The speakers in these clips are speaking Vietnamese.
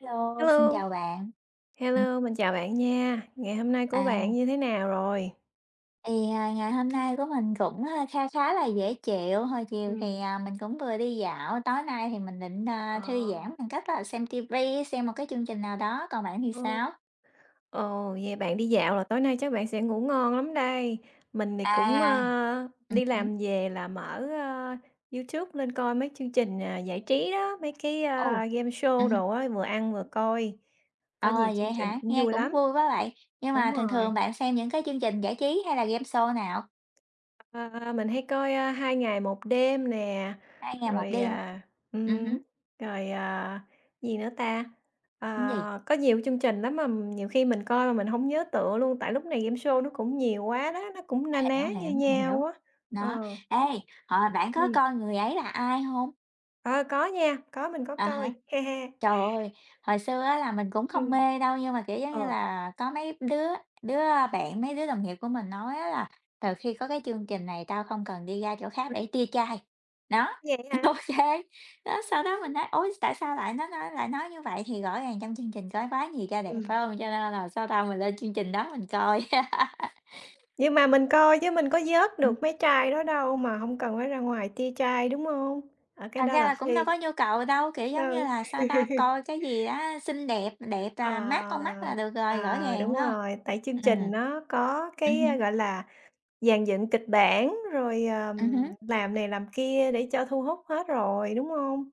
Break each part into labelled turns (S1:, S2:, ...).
S1: Hello, xin
S2: Hello,
S1: chào bạn. Ừm,
S2: hello, mình chào bạn nha. Ngày hôm nay của bạn
S1: à,
S2: như thế nào rồi?
S1: ngày hôm nay của mình cũng, kha khá là dễ chịu. Hồi chiều thì,
S2: Ừm.
S1: mình cũng vừa đi dạo. Tối nay thì mình định, thư
S2: Ờ,
S1: giãn bằng cách là xem ti vi, xem một cái chương trình nào đó. Còn bạn thì
S2: ồ,
S1: sao?
S2: ồ, vậy bạn đi dạo là tối nay chắc bạn sẽ ngủ ngon lắm đây. Mình thì
S1: À,
S2: cũng, đi
S1: hứm,
S2: làm về là mở, YouTube lên coi mấy chương trình, giải trí đó, mấy cái,
S1: ô,
S2: game show
S1: hứm,
S2: đồ á, vừa ăn vừa coi. Có
S1: ờ,
S2: nhiều chương
S1: vậy
S2: trình
S1: hả?
S2: cũng
S1: Nghe
S2: vui
S1: cũng
S2: lắm,
S1: vui quá vậy, nhưng mà
S2: đúng
S1: thường
S2: rồi.
S1: thường bạn xem những cái chương trình giải trí hay là game show nào?
S2: À, mình hay coi, "Hai ngày một đêm" nè,
S1: "Hai Ngày Một
S2: rồi,
S1: Đêm" hả?
S2: à,
S1: Hứm,
S2: ừm, rồi, à, gì nữa ta? Ờ,
S1: tính gì?
S2: có nhiều chương trình lắm mà nhiều khi mình coi mà mình không nhớ tựa luôn, tại lúc này game show nó cũng nhiều quá đó, nó cũng na
S1: Hiểu,
S2: ná như
S1: hiểu, hiểu,
S2: nhau á.
S1: đó.
S2: Ờ,
S1: Ê, hồi bạn có
S2: ừm,
S1: coi Người Ấy Là Ai không?
S2: ờ, có nha, có mình có
S1: À hả.
S2: coi, he he
S1: Trời ơi, hồi xưa á là mình cũng
S2: Ừm,
S1: không mê đâu, nhưng mà, kiểu, giống như
S2: ờ,
S1: là, có mấy đứa đứa bạn, mấy đứa đồng nghiệp của mình nói á là "Từ khi có cái chương trình này tao không cần đi ra chỗ khác để tia chai." Đó,
S2: vậy hả?
S1: ok. Đó, sau đó mình nói: "Ôi, tại sao lại nó nói lại nói như vậy?" Thì rõ ràng trong chương trình có quá nhiều trai đẹp,
S2: Ừm,
S1: phải không? Cho nên là sau đó mình lên chương trình đó mình coi.
S2: nhưng mà mình coi chứ mình có vớt
S1: Ừm.
S2: được mấy trai đó đâu mà không cần phải ra ngoài tia trai, đúng không? Ở cái
S1: Thật
S2: đó
S1: ra
S2: là
S1: là cũng đâu
S2: phi.
S1: có nhu cầu đâu, kiểu, giống như là, sao
S2: Ừ.
S1: ta, coi cái gì đó xinh đẹp, đẹp là mát con mắt
S2: Ờ,
S1: là được
S2: ờ,
S1: rồi, rõ ràng,
S2: đúng
S1: phải hông?
S2: rồi, tại chương trình
S1: Ừm.
S2: nó có cái,
S1: Hứm,
S2: gọi là, dàn dựng kịch bản rồi,
S1: hứm,
S2: làm này làm kia để cho thu hút hết rồi, đúng không?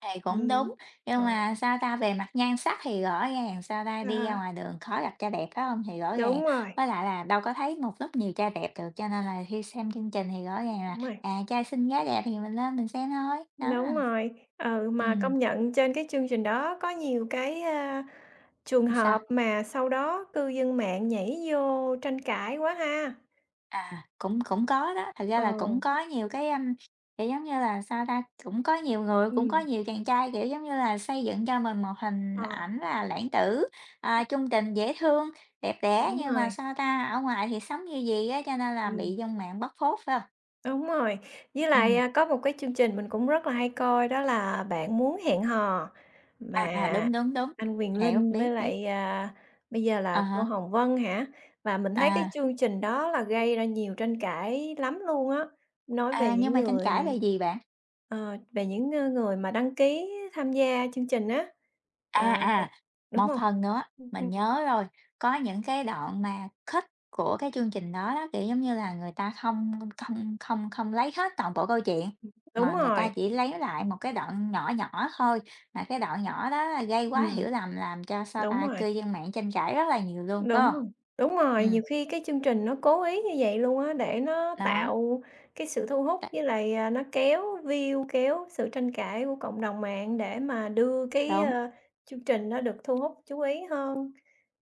S1: thì cũng đúng,
S2: Ừm,
S1: nhưng
S2: ờ,
S1: mà, sao ta, về mặt nhan sắc thì rõ ràng, sao ta, đi ra
S2: à,
S1: ngoài đường khó gặp trai đẹp, phải hông? Thì rõ ràng
S2: đúng rồi,
S1: với lại là đâu có thấy một lúc nhiều trai đẹp được, cho nên là khi xem chương trình thì rõ ràng là,
S2: đúng rồi,
S1: à, trai xinh gái đẹp thì mình lên mình xem thôi, đó.
S2: đúng rồi. Ừ, mà
S1: Ừm,
S2: công nhận trên cái chương trình đó có nhiều cái, trường hợp
S1: sao?
S2: mà sau đó cư dân mạng nhảy vô tranh cãi quá ha.
S1: À, cũng cũng có đó, thật ra
S2: Ờ,
S1: là cũng có nhiều cái, kiểu, giống như là, sao ta, cũng có nhiều người, cũng có
S2: ừm,
S1: nhiều chàng trai, kiểu, giống như là, xây dựng cho mình một hình
S2: ờ,
S1: ảnh là lãng tử, chung tình, dễ thương, đẹp đẽ,
S2: đúng
S1: nhưng mà,
S2: rồi,
S1: sao ta, ở ngoài thì sống như gì á, cho nên là bị
S2: ừm.
S1: dân mạng bóc phốt, phải không?
S2: Đúng rồi, với
S1: Ừ
S2: lại, có một cái chương trình mình cũng rất là hay coi đó là "Bạn muốn hẹn hò" mà
S1: à, à, đúng, đúng, đúng,
S2: anh Quyền
S1: hiểu,
S2: Linh với
S1: biết, biết,
S2: lại, bây giờ
S1: à
S2: là cô
S1: há,
S2: Hồng Vân hả? Và mình thấy cái
S1: à,
S2: chương trình đó là gây ra nhiều tranh cãi lắm luôn á, nói về
S1: à, nhưng
S2: những
S1: mà tranh
S2: người.
S1: cãi về gì bạn?
S2: Ờ, Về những, người mà đăng ký tham gia chương trình á.
S1: À,
S2: Ờ, bạn
S1: à,
S2: đúng
S1: một
S2: không?
S1: phần nữa, mình
S2: Ừm,
S1: nhớ rồi, có những cái đoạn mà cut của cái chương trình đó đó, kiểu, giống như là, người ta không không không không lấy hết toàn bộ câu chuyện,
S2: đúng
S1: mà người ta
S2: rồi.
S1: chỉ lấy lại một cái đoạn nhỏ nhỏ thôi, mà cái đoạn nhỏ đó là gây quá
S2: Ừm,
S1: hiểu lầm, làm cho, sao
S2: đúng
S1: ta,
S2: rồi.
S1: cư dân mạng tranh cãi rất là nhiều luôn, phải
S2: Đúng
S1: hông?
S2: rồi, đúng rồi,
S1: Ừm,
S2: nhiều khi cái chương trình nó cố ý như vậy luôn á, để nó
S1: đó,
S2: tạo cái sự thu hút
S1: đ
S2: với lại, nó kéo view, kéo sự tranh cãi của cộng đồng mạng để mà đưa cái,
S1: đúng.
S2: chương trình nó được thu hút chú ý hơn.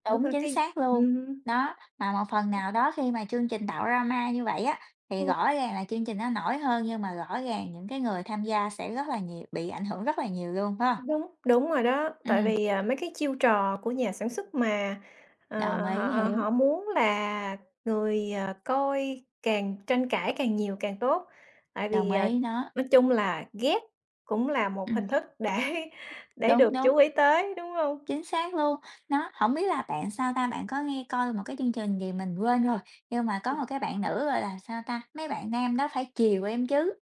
S2: Ở
S1: Đúng,
S2: coi
S1: chính
S2: cái
S1: xác luôn.
S2: ừm hưm.
S1: Đó, mà một phần nào đó khi mà chương trình tạo drama như vậy á, thì rõ ràng là chương trình nó nổi hơn, nhưng mà rõ ràng những cái người tham gia sẽ rất là nhiều bị ảnh hưởng rất là nhiều luôn, phải hông?
S2: Đúng, đúng rồi đó, tại
S1: Ừm,
S2: vì, mấy cái chiêu trò của nhà sản xuất mà,
S1: đồng
S2: ờ,
S1: ý,
S2: họ
S1: hiểu,
S2: họ muốn là người, ờ, coi càng tranh cãi càng nhiều càng tốt, tại
S1: đồng
S2: vì, à,
S1: ý, đó,
S2: nói chung là ghét cũng là một
S1: ừm,
S2: hình thức để để
S1: đúng,
S2: được
S1: đúng,
S2: chú ý tới, đúng không?
S1: chính xác luôn. Nó không biết là bạn sao ta, bạn có nghe coi một cái chương trình gì mình quên rồi, nhưng mà có
S2: Ừm.
S1: một cái bạn nữ, gọi là, sao ta, mấy bạn nam đó phải chiều em chứ,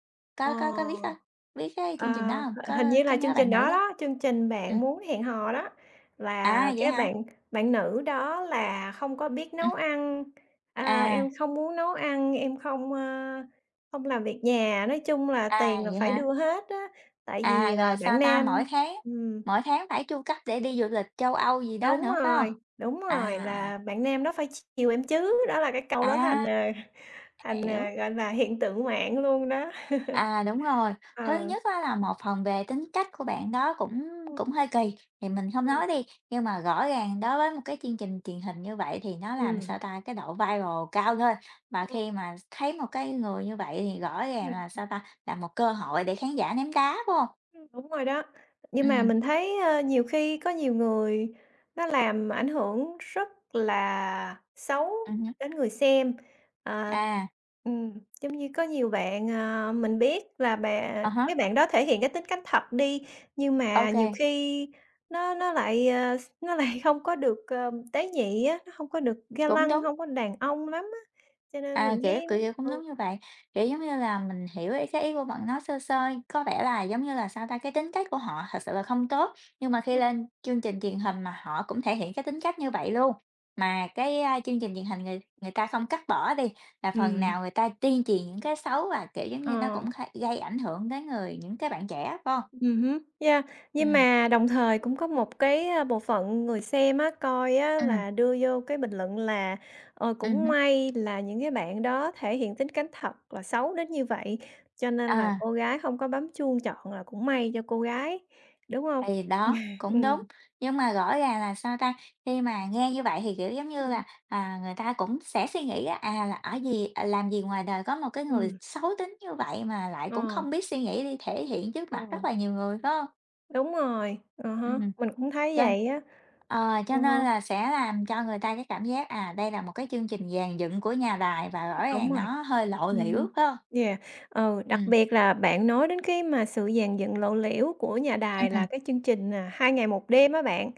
S2: Ờ.
S1: có biết không? Biết cái
S2: Ờ,
S1: chương trình đó hông?
S2: hình như
S1: Có
S2: là
S1: nhớ
S2: chương
S1: bạn
S2: trình
S1: nữ
S2: đó
S1: đó?
S2: đó, chương trình
S1: Ừm.
S2: Bạn Muốn Hẹn Hò đó, là
S1: À, vậy
S2: cái
S1: hả?
S2: bạn bạn nữ đó là không có biết
S1: Ừm,
S2: nấu ăn, à,
S1: à,
S2: "Em không muốn nấu ăn, em không, không làm việc nhà", nói chung là
S1: à,
S2: tiền là
S1: vậy
S2: phải
S1: hả?
S2: đưa hết á, tại vì
S1: À,
S2: là
S1: rồi sao
S2: bạn
S1: ta?
S2: nam. ừm,
S1: Mỗi tháng phải chu cấp để đi du lịch châu Âu gì đó
S2: Đúng
S1: nữa, phải không?
S2: rồi, đúng rồi,
S1: À,
S2: là "Bạn nam đó phải chiều em chứ", đó là cái câu đó
S1: à,
S2: thành,
S1: à, hiểu.
S2: gọi là, hiện tượng mạng luôn đó.
S1: À, đúng rồi, thứ
S2: Ờ,
S1: nhất á là một phần về tính cách của bạn đó cũng
S2: ừm,
S1: cũng hơi kỳ, thì mình không
S2: ờ,
S1: nói đi, nhưng mà rõ ràng đối với một cái chương trình truyền hình như vậy thì nó làm,
S2: ừm,
S1: sao ta, cái độ viral cao thôi, mà
S2: ừm,
S1: khi mà thấy một cái người như vậy thì rõ ràng
S2: ừm.
S1: là, sao ta, là một cơ hội để khán giả ném đá, phải hông?
S2: Đúng rồi đó. Nhưng mà
S1: Ừm,
S2: mình thấy, nhiều khi có nhiều người nó làm ảnh hưởng rất là xấu
S1: ừm
S2: đến người xem. Ờ,
S1: à.
S2: ừm, giống như có nhiều bạn, ờ, mình biết là
S1: À
S2: bạn
S1: há,
S2: mấy bạn đó thể hiện cái tính cách thật đi, nhưng mà nhiều
S1: ok
S2: khi nó lại, ờ, nó lại không có được, ờ, tế nhị á, nó hông có được ga
S1: cũng
S2: lăng,
S1: đúng,
S2: không có đàn ông lắm á, cho nên
S1: à,
S2: mình
S1: kiểu,
S2: thấy
S1: kiểu, cũng đúng
S2: ừ,
S1: như vậy. Kiểu, giống như là, mình hiểu ý cái ý của bạn nói sơ sơ, có vẻ là, giống như là, sao ta, cái tính cách của họ thật sự là không tốt, nhưng mà khi
S2: ừm.
S1: lên chương trình truyền hình mà họ cũng thể hiện cái tính cách như vậy luôn. Mà cái, chương trình truyền hình người người ta không cắt bỏ đi, là phần
S2: Ừm.
S1: nào người ta tuyên truyền những cái xấu và, kiểu, giống như, nó
S2: Ờ.
S1: cũng gây ảnh hưởng tới những cái bạn trẻ, phải hông?
S2: Ừ, hứm, yeah. Nhưng
S1: Ừm,
S2: mà đồng thời cũng có một cái, bộ phận người xem á, coi á
S1: ừm,
S2: là đưa vô cái bình luận là "Ờ, cũng
S1: hứm,
S2: may là những cái bạn đó thể hiện tính cách thật là xấu đến như vậy, cho nên là
S1: ờ.
S2: cô gái không có bấm chuông chọn là cũng may cho cô gái", đúng không?
S1: Thì đó, cũng đúng, nhưng mà rõ ràng là, sao ta, khi mà nghe như vậy thì, kiểu, giống
S2: Ừ,
S1: như là,
S2: ừ,
S1: à, người ta cũng sẽ suy nghĩ á, à, là ở gì à, làm gì ngoài đời có một cái người
S2: ừm,
S1: xấu tính như vậy mà lại cũng
S2: ờ,
S1: không biết suy nghĩ đi thể hiện trước
S2: ờ,
S1: mặt rất là nhiều người, phải không?
S2: đúng rồi, ờ hả?
S1: Ừm,
S2: Mình cũng thấy
S1: cho
S2: vậy á,
S1: ờ, cho
S2: à há,
S1: nên là sẽ làm cho người ta cái cảm giác, à, đây là một cái chương trình dàn dựng của nhà đài và rõ
S2: đúng
S1: ràng
S2: rồi.
S1: nó hơi lộ liễu,
S2: Ừm
S1: phải hông?
S2: Yeah, ừ, đặc
S1: Ừm,
S2: biệt là bạn nói đến cái mà sự dàn dựng lộ liễu của nhà đài là
S1: ừm,
S2: cái chương trình, "2 ngày một đêm" á bạn,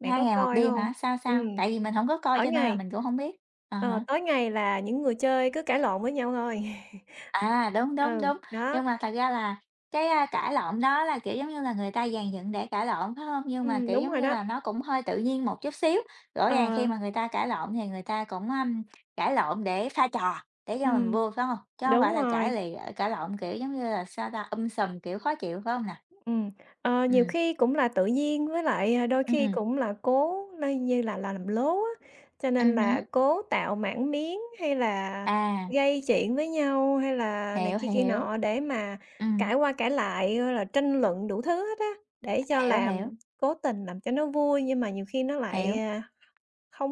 S2: bạn
S1: 2
S2: có
S1: ngày một
S2: coi
S1: đêm
S2: không?
S1: hả? Sao,
S2: Ừ,
S1: sao? Tại vì mình không có coi
S2: tối
S1: cho nên là
S2: ngày
S1: mình cũng không biết. À
S2: ờ,
S1: hả.
S2: tối ngày là những người chơi cứ cãi lộn với nhau thôi.
S1: À, đúng, đúng,
S2: Ừ,
S1: đúng.
S2: đó,
S1: Nhưng mà thật ra là cái, cãi lộn đó là, kiểu, giống như là, người ta dàn dựng để cãi lộn, phải không? Nhưng mà, kiểu,
S2: đúng
S1: giống
S2: rồi
S1: như
S2: đó,
S1: là, nó cũng hơi tự nhiên một chút xíu. Rõ
S2: ờ,
S1: ràng khi mà người ta cãi lộn thì người ta cũng, cãi lộn để pha trò, để cho mình
S2: ừm,
S1: vui, phải không? Chứ không phải
S2: đúng
S1: là
S2: rồi.
S1: cãi lộn, kiểu, giống như là, sao ta, sùm, kiểu, khó chịu, phải không nè?
S2: Ừm, ờ, nhiều
S1: Ừm,
S2: khi cũng là tự nhiên với lại, đôi khi
S1: ừm,
S2: cũng là cố lây như là làm lố á, cho nên là
S1: hứm.
S2: cố tạo mảng miếng hay là
S1: À,
S2: gây chuyện với nhau hay là này
S1: hiểu,
S2: kia kia
S1: hiểu.
S2: nọ để mà
S1: Ừm,
S2: cãi qua cãi lại, là tranh luận đủ thứ hết á, để cho
S1: hiểu,
S2: làm
S1: hiểu,
S2: cố tình làm cho nó vui nhưng mà nhiều khi nó lại,
S1: hiểu.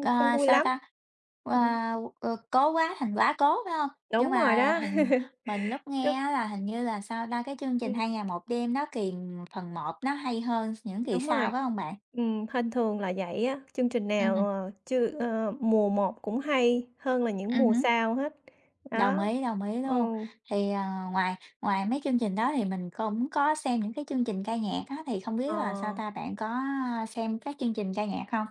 S1: Ờ,
S2: không vui
S1: sao
S2: lắm.
S1: ta? Ờ,
S2: Ừm,
S1: ờ, "Cố quá thành quá cố" phải không? Nhưng
S2: đúng rồi
S1: mà
S2: đó.
S1: mình lúc nghe
S2: Tức
S1: á là hình như là, sao ta, cái chương trình hai
S2: ừm.
S1: ngày một đêm" nó kỳ phần một nó hay hơn những kỳ
S2: Đúng
S1: sau,
S2: rồi.
S1: phải không bạn?
S2: Hên thường là vậy á, chương trình nào,
S1: Ừm,
S2: ờ, chưa ờ, mùa một cũng hay hơn là những mùa
S1: hứm,
S2: sau hết. Đó,
S1: đồng ý
S2: ừ,
S1: luôn. Thì, ờ, ngoài ngoài mấy chương trình đó thì mình cũng có xem những cái chương trình ca nhạc á, thì không
S2: ờ,
S1: biết là, sao ta, bạn có xem các chương trình ca nhạc không?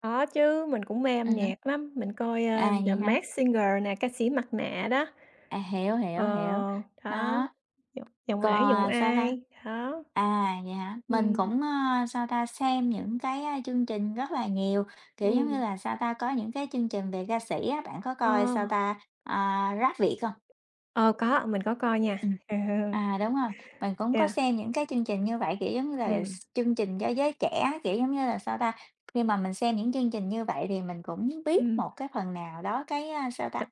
S2: có chứ, mình cũng mê âm
S1: Hứm,
S2: nhạc lắm, mình coi,
S1: à,
S2: The
S1: vậy hả?
S2: Masked Singer nè, ca sĩ mặt nạ đó,
S1: À, hiểu,
S2: ờ,
S1: hiểu, hiểu.
S2: đó,
S1: Đó,
S2: giọng giọng Ai
S1: còn
S2: Giọng
S1: à, sao ta?
S2: Ai, đó,
S1: À, vậy hả?
S2: ừ,
S1: Mình cũng, ơ, sao ta, xem những cái, chương trình rất là nhiều, kiểu, giống như
S2: ừm,
S1: là, sao ta, có những cái chương trình về ca sĩ á, bạn có coi,
S2: ờ,
S1: sao ta, à, Rap Việt không?
S2: ờ, có, mình có coi nha,
S1: Ừm. À, đúng rồi, mình cũng có
S2: yeah,
S1: xem những cái chương trình như vậy, kiểu, giống như là,
S2: ừ,
S1: chương trình cho giới trẻ, kiểu, giống như là, sao ta, khi mà mình xem những chương trình như vậy thì mình cũng biết
S2: ừ
S1: một cái phần nào đó cái, sao
S2: t
S1: ta,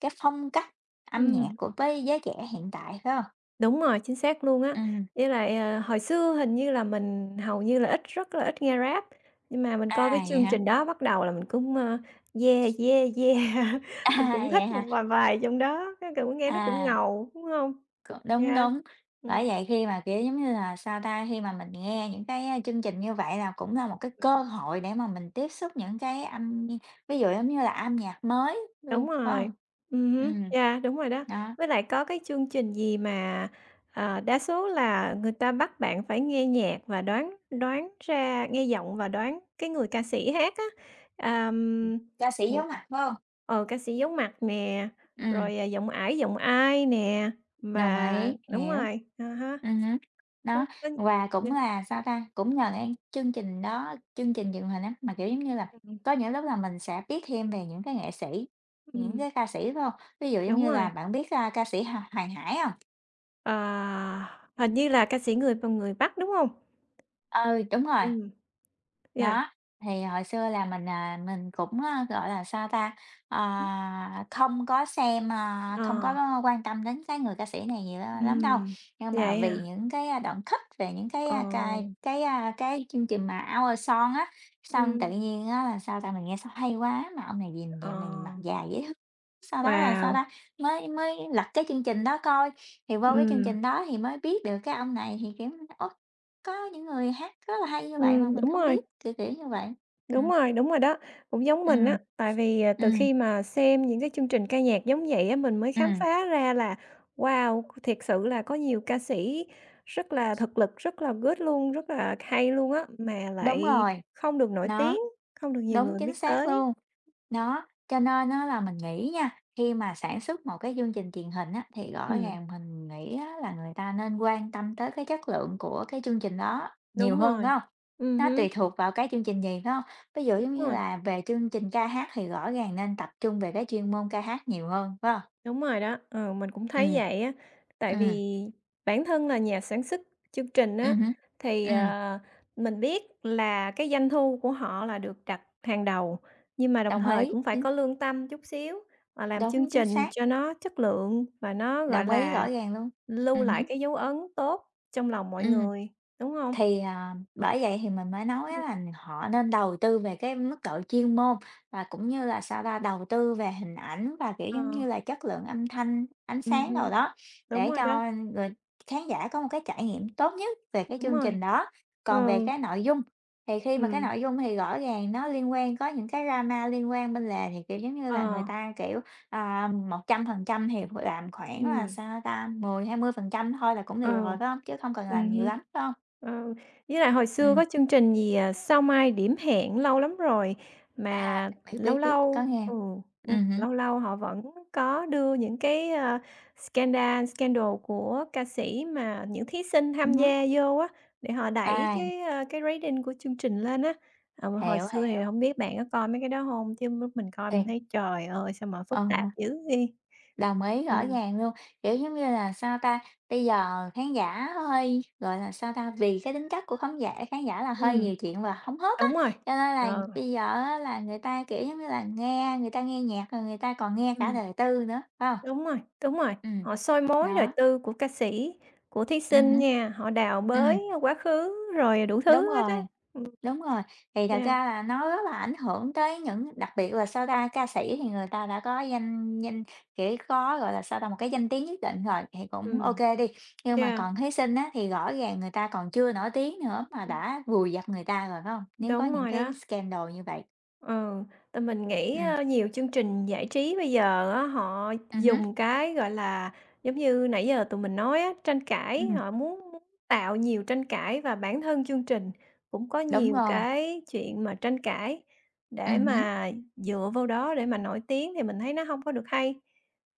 S1: cái phong cách âm nhạc của với giới trẻ hiện tại, phải hông?
S2: Đúng rồi, chính xác luôn á.
S1: Ừm.
S2: Với lại, ờ, hồi xưa hình như là mình hầu như là ít rất là ít nghe Rap, nhưng mà mình coi cái
S1: À, vậy
S2: chương
S1: hả?
S2: trình đó bắt đầu là mình cũng, "Yeah, yeah, yeah", mình
S1: À,
S2: cũng
S1: vậy
S2: thích
S1: hả?
S2: một vài bài trong đó, cái cũng nghe nó cũng
S1: À,
S2: ngầu, đúng không?
S1: đúng,
S2: Yeah.
S1: đúng. Bởi
S2: Ừm.
S1: vậy khi mà, kiểu, giống như là, sao ta, khi mà mình nghe những cái, chương trình như vậy là cũng là một cái cơ hội để mà mình tiếp xúc những cái âm, ví dụ giống như là âm nhạc mới luôn,
S2: Đúng
S1: phải hông?
S2: rồi. Ừ, hứm,
S1: Ừm.
S2: yeah, đúng rồi đó.
S1: Đó,
S2: Với lại có cái chương trình gì mà, ờ, đa số là người ta bắt bạn phải nghe nhạc và đoán đoán ra nghe giọng và đoán cái người ca sĩ hát á. Ờm,
S1: ca sĩ
S2: một
S1: giấu mặt, phải hông?
S2: ờ, ca sĩ giấu mặt nè,
S1: Ừm.
S2: rồi, giọng Ải, giọng Ai nè,
S1: Đồng
S2: mà
S1: ý,
S2: đúng
S1: hiểu.
S2: rồi, à há,
S1: Hứm. Đó,
S2: có
S1: và cũng
S2: yeah,
S1: là, sao ta, cũng nhờ cái chương trình đó chương trình truyền hình á, mà, kiểu, giống như là,
S2: ừm,
S1: có những lúc là mình sẽ biết thêm về những cái nghệ sĩ, những
S2: ừm,
S1: cái ca sĩ, phải hông? Ví dụ giống
S2: đúng
S1: như là
S2: rồi.
S1: bạn biết, ca sĩ Hà Hoàng Hải hông?
S2: Ờ, hình như là ca sĩ người Bắc, đúng không?
S1: Ừ, đúng rồi.
S2: Ừ, yeah,
S1: Đó, thì hồi xưa là mình, à, mình cũng, ơ, gọi là, sao ta, ờ, không có xem, không
S2: ờ.
S1: có quan tâm đến cái người ca sĩ này nhiều lắm đâu.
S2: Ừm,
S1: Nhưng mà
S2: vậy
S1: vì
S2: à?
S1: những cái, đoạn cut về những cái,
S2: Ờ,
S1: a, cai cái, cái chương trình mà Our Song á, xong tự
S2: ừm,
S1: nhiên á là sao ta, mình nghe sao hay quá, mà ông này nhìn
S2: ờ,
S1: vậy mình mặt dài dễ thương. Sau đó là sao
S2: wow,
S1: ta, mới mới lật cái chương trình đó coi, thì vô cái chương
S2: ừm,
S1: trình đó thì mới biết được cái ông này thì, kiểu, ôi, có những người hát rất là hay như vậy mà mình
S2: đúng
S1: không
S2: rồi,
S1: biết, kiểu, kiểu như vậy.
S2: đúng
S1: Ừm,
S2: rồi, đúng rồi đó, cũng giống mình
S1: ừm,
S2: á, tại vì, từ
S1: ừm,
S2: khi mà xem những cái chương trình ca nhạc giống vậy á, mình mới khám
S1: ừm,
S2: phá ra là, wow, thiệt sự là có nhiều ca sĩ rất là thực lực, rất là good luôn, rất là hay luôn á, mà
S1: đúng
S2: lại
S1: rồi.
S2: không được nổi tiếng,
S1: Đó,
S2: không được nhiều
S1: đúng,
S2: người
S1: chính
S2: biết
S1: xác
S2: tới.
S1: luôn. Đó, cho nên á là mình nghĩ nha, khi mà sản xuất một cái chương trình truyền hình á, thì rõ
S2: Ừm,
S1: ràng mình nghĩ á là người ta nên quan tâm tới cái chất lượng của cái chương trình đó nhiều
S2: đúng
S1: hơn, phải
S2: rồi,
S1: hông? Nó
S2: hứm,
S1: tùy thuộc vào cái chương trình gì, phải hông? Ví dụ
S2: đúng
S1: giống như
S2: rồi.
S1: là về chương trình ca hát thì rõ ràng nên tập trung về cái chuyên môn ca hát nhiều hơn, phải hông?
S2: Đúng rồi đó, ừ, mình cũng thấy
S1: Ừm.
S2: vậy á. Tại
S1: Ừm.
S2: vì bản thân là nhà sản xuất chương trình
S1: Ừ
S2: á,
S1: hứm.
S2: thì,
S1: Ừm,
S2: mình biết là cái doanh thu của họ là được đặt hàng đầu, nhưng mà đồng
S1: đồng
S2: thời
S1: ý,
S2: cũng phải có lương tâm chút xíu và làm chương
S1: đúng, chính
S2: trình
S1: xác,
S2: cho nó chất lượng và nó, gọi
S1: đồng ý rõ
S2: là,
S1: ràng luôn. Ừ
S2: lưu lại
S1: hứm,
S2: cái dấu ấn tốt trong lòng mọi
S1: ừm.
S2: người, đúng không?
S1: Thì, bởi vậy thì mình mới nói á
S2: Ừm.
S1: là họ nên đầu tư về cái mức độ chuyên môn và cũng như là, sao ta, đầu tư về hình ảnh và, kiểu,
S2: Ờ,
S1: giống như là, chất lượng âm thanh, ánh sáng đồ
S2: hưm,
S1: đó,
S2: đúng
S1: để
S2: rồi đó,
S1: cho người khán giả có một cái trải nghiệm tốt nhất về cái
S2: đúng
S1: chương
S2: rồi,
S1: trình đó. Còn về
S2: ừ,
S1: cái nội dung, thì khi mà cái
S2: Ừm.
S1: nội dung thì rõ ràng nó liên quan có những cái drama liên quan bên lề thì, kiểu, giống như là, người
S2: ờ,
S1: ta, kiểu, 100% thì làm khoảng là,
S2: ừm,
S1: sao ta, 10-20% thôi là cũng được
S2: ừ.
S1: rồi, phải không? Chứ không cần làm nhiều
S2: Ừm
S1: lắm, phải không?
S2: Ờ, với lại hồi
S1: Ừ,
S2: xưa có chương trình gì, Sao Mai Điểm Hẹn lâu lắm rồi,
S1: à,
S2: mà
S1: biết, biết,
S2: lâu
S1: biết, có
S2: lâu
S1: nghe.
S2: ừ,
S1: Ừ hứm.
S2: lâu lâu họ vẫn có đưa những cái, scandal scandal của ca sĩ mà những thí sinh
S1: À
S2: tham
S1: há,
S2: gia vô á, để họ đẩy
S1: à,
S2: cái, cái rating của chương trình lên á. Ờ, mà hồi
S1: hiểu,
S2: xưa thì
S1: hiểu,
S2: không biết bạn có coi mấy cái đó không? Chứ lúc mình coi mình
S1: thì
S2: thấy trời ơi, sao mà
S1: ờ,
S2: phức tạp dữ vậy?
S1: đồng ý rõ
S2: Ừm,
S1: ràng luôn. Kiểu, giống như là, sao ta, bây giờ khán giả hơi, gọi là, sao ta, vì cái tính cách của khán giả là hơi
S2: ừm,
S1: nhiều chuyện và hóng hớt á,
S2: đúng rồi.
S1: cho nên là
S2: Ờ,
S1: bây giờ á là người ta, kiểu, giống như là, nghe người ta nghe nhạc rồi người ta còn nghe cả
S2: ừm.
S1: đời tư nữa, phải hông?
S2: Đúng rồi,
S1: Ừm,
S2: họ soi mối đời
S1: đó,
S2: tư của ca sĩ, của thí sinh
S1: hứm.
S2: nha, họ đào
S1: Ừm,
S2: bới quá khứ rồi đủ
S1: đúng
S2: thứ hết á.
S1: rồi.
S2: Ừm,
S1: Đúng rồi, thì thật
S2: yeah,
S1: ra là nó rất là ảnh hưởng tới những đặc biệt là sau ta, ca sĩ thì người ta đã có danh danh kiểu, có, gọi là, sao ta, một cái danh tiếng nhất định rồi thì cũng ok
S2: Ừm.
S1: đi, nhưng mà
S2: yeah,
S1: còn thí sinh á, thì rõ ràng người ta còn chưa nổi tiếng nữa mà
S2: Ừm.
S1: đã vùi dập người ta rồi, phải hông? Nếu có
S2: đúng
S1: những
S2: rồi
S1: cái
S2: đó.
S1: scandal như vậy.
S2: Ừ, tại mình nghĩ,
S1: Ừm,
S2: nhiều chương trình giải trí bây giờ á, họ
S1: hứm,
S2: dùng cái, gọi là, giống như nãy giờ tụi mình nói á, tranh cãi,
S1: ừm,
S2: họ muốn muốn tạo nhiều tranh cãi và bản thân chương trình cũng có
S1: đúng
S2: nhiều
S1: rồi,
S2: cái chuyện mà tranh cãi, để
S1: hứm.
S2: mà dựa vô đó để mà nổi tiếng thì mình thấy nó không có được hay,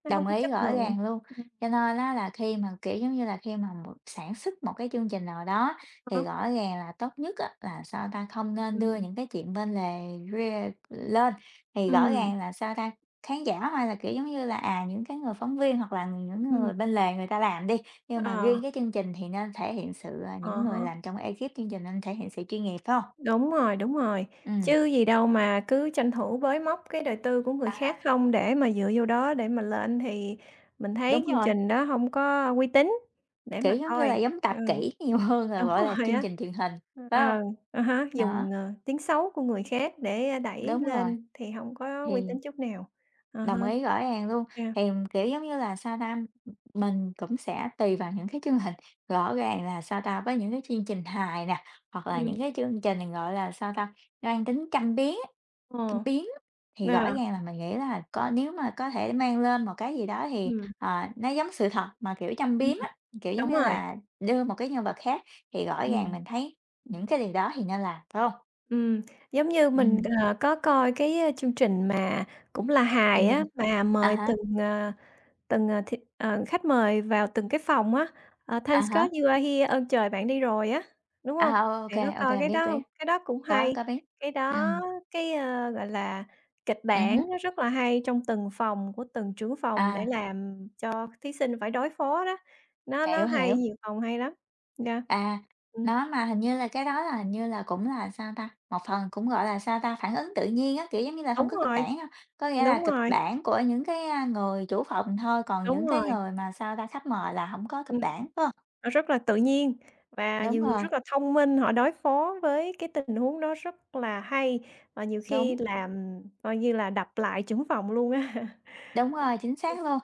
S2: nó
S1: Đồng
S2: không có
S1: ý,
S2: chất
S1: rõ
S2: lượng.
S1: ràng luôn.
S2: Ừm,
S1: Cho nên á là khi mà, kiểu, giống như là, khi mà một sản xuất một cái chương trình nào đó thì
S2: hả?
S1: rõ ràng là tốt nhất á là, sao ta, không nên đưa
S2: Ừm.
S1: những cái chuyện bên lề rê lên. Thì rõ
S2: Ừm,
S1: ràng là, sao ta, khán giả hay là, kiểu, giống như là, những cái người phóng viên hoặc là những người
S2: Ừm.
S1: bên lề người ta làm đi, nhưng mà
S2: ờ,
S1: riêng cái chương trình thì nên thể hiện sự, à những người
S2: à
S1: làm trong ekip chương trình nên thể hiện sự chuyên nghiệp, phải không?
S2: Đúng rồi,
S1: Ừ.
S2: chứ gì đâu mà cứ tranh thủ bới móc cái đời tư của người khác
S1: À.
S2: không để mà dựa vô đó để mà lên thì mình thấy
S1: Đúng
S2: chương
S1: rồi.
S2: trình đó không có uy tín để
S1: Kiểu,
S2: mà
S1: giống như là,
S2: coi.
S1: giống
S2: Ừ,
S1: tạp kỹ nhiều hơn là,
S2: đúng
S1: gọi là,
S2: rồi
S1: chương
S2: á.
S1: trình truyền hình, phải
S2: Ờ,
S1: hông?
S2: à há,
S1: Đó,
S2: dùng, tiếng xấu của người khác để, đẩy
S1: đúng rồi,
S2: lên thì không có uy
S1: thì
S2: tín chút nào. À há.
S1: đồng ý rõ ràng luôn.
S2: Yeah,
S1: Thì, kiểu, giống như là, sao ta, mình cũng sẽ tùy vào những cái chương hình, rõ ràng là, sao ta, với những cái chương trình hài nè, hoặc là những
S2: ừm,
S1: cái chương trình, gọi là, sao ta, mang tính châm biếm á. Cái
S2: ờ,
S1: biến Thì rõ
S2: à,
S1: ràng là mình nghĩ là nếu mà có thể mang lên một cái gì đó thì,
S2: ừm,
S1: nó giống sự thật, mà, kiểu, trong
S2: ừm,
S1: biếm á, kiểu, giống
S2: đúng
S1: như
S2: rồi,
S1: là, đưa một cái nhân vật khác thì rõ ràng
S2: ừm.
S1: mình thấy những cái điều đó thì nên làm, phải không?
S2: Ừm, giống như
S1: Ừ.
S2: mình, ờ, có coi cái, chương trình mà cũng là
S1: thì
S2: hài
S1: nhìn
S2: á, mà
S1: À
S2: mời
S1: há,
S2: từng, ờ, th ờ, khách mời vào từng cái phòng á, ờ,
S1: à
S2: "Thank
S1: há,
S2: God you are here", "Ơn trời bạn đi rồi" á, đúng không?
S1: ô
S2: Bạn
S1: kê,
S2: có coi cái
S1: biết,
S2: đó
S1: biết,
S2: hông? Cái đó cũng
S1: có
S2: hay,
S1: có biết.
S2: cái
S1: Ừ.
S2: đó cái, gọi là, kịch
S1: Ừ
S2: bản
S1: hứm,
S2: nó rất là hay trong từng phòng của từng trưởng phòng để
S1: à,
S2: làm cho thí sinh phải đối phó đó, nó
S1: hiểu, hiểu.
S2: hay, nhiều phòng hay lắm. Yeah.
S1: À,
S2: Ừm,
S1: nó mà hình như là cái đó là hình như là cũng là, sao ta, một phần cũng, gọi là, sao ta, phản ứng tự nhiên á, kiểu, giống như là, không
S2: đúng
S1: có kịch
S2: rồi,
S1: bản ha. Có nghĩa là
S2: đúng
S1: kịch
S2: rồi,
S1: bản của những cái, người chủ phòng thôi, còn
S2: đúng
S1: những cái
S2: rồi.
S1: người mà, sao ta, khách mời là không có kịch
S2: Ừm,
S1: bản, phải hông?
S2: nó rất là tự nhiên và
S1: Đúng
S2: nhiều người
S1: rồi,
S2: rất là thông minh, họ đối phó với cái tình huống đó rất là hay, và nhiều khi
S1: đúng,
S2: làm coi như là đập lại trưởng phòng luôn á.
S1: đúng rồi, chính xác luôn.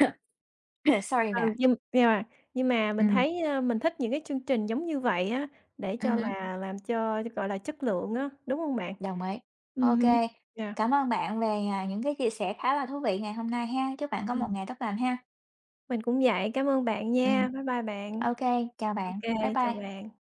S1: Sorry bạn.
S2: ừ, nhưng mà mình
S1: Ừm,
S2: thấy, mình thích những cái chương trình giống như vậy á, để cho
S1: ừm
S2: là làm cho, gọi là, chất lượng á, đúng không bạn?
S1: đồng ý.
S2: Ừ
S1: Ok,
S2: hưm, yeah,
S1: cảm ơn bạn về, những cái chia sẻ khá là thú vị ngày hôm nay ha. Chúc bạn có một ngày tốt lành ha.
S2: mình cũng vậy. Cảm ơn bạn
S1: Ừm.
S2: nha. Bye bye bạn.
S1: Ô chào bạn.
S2: Ok,
S1: Bye
S2: chào
S1: bye.
S2: bạn.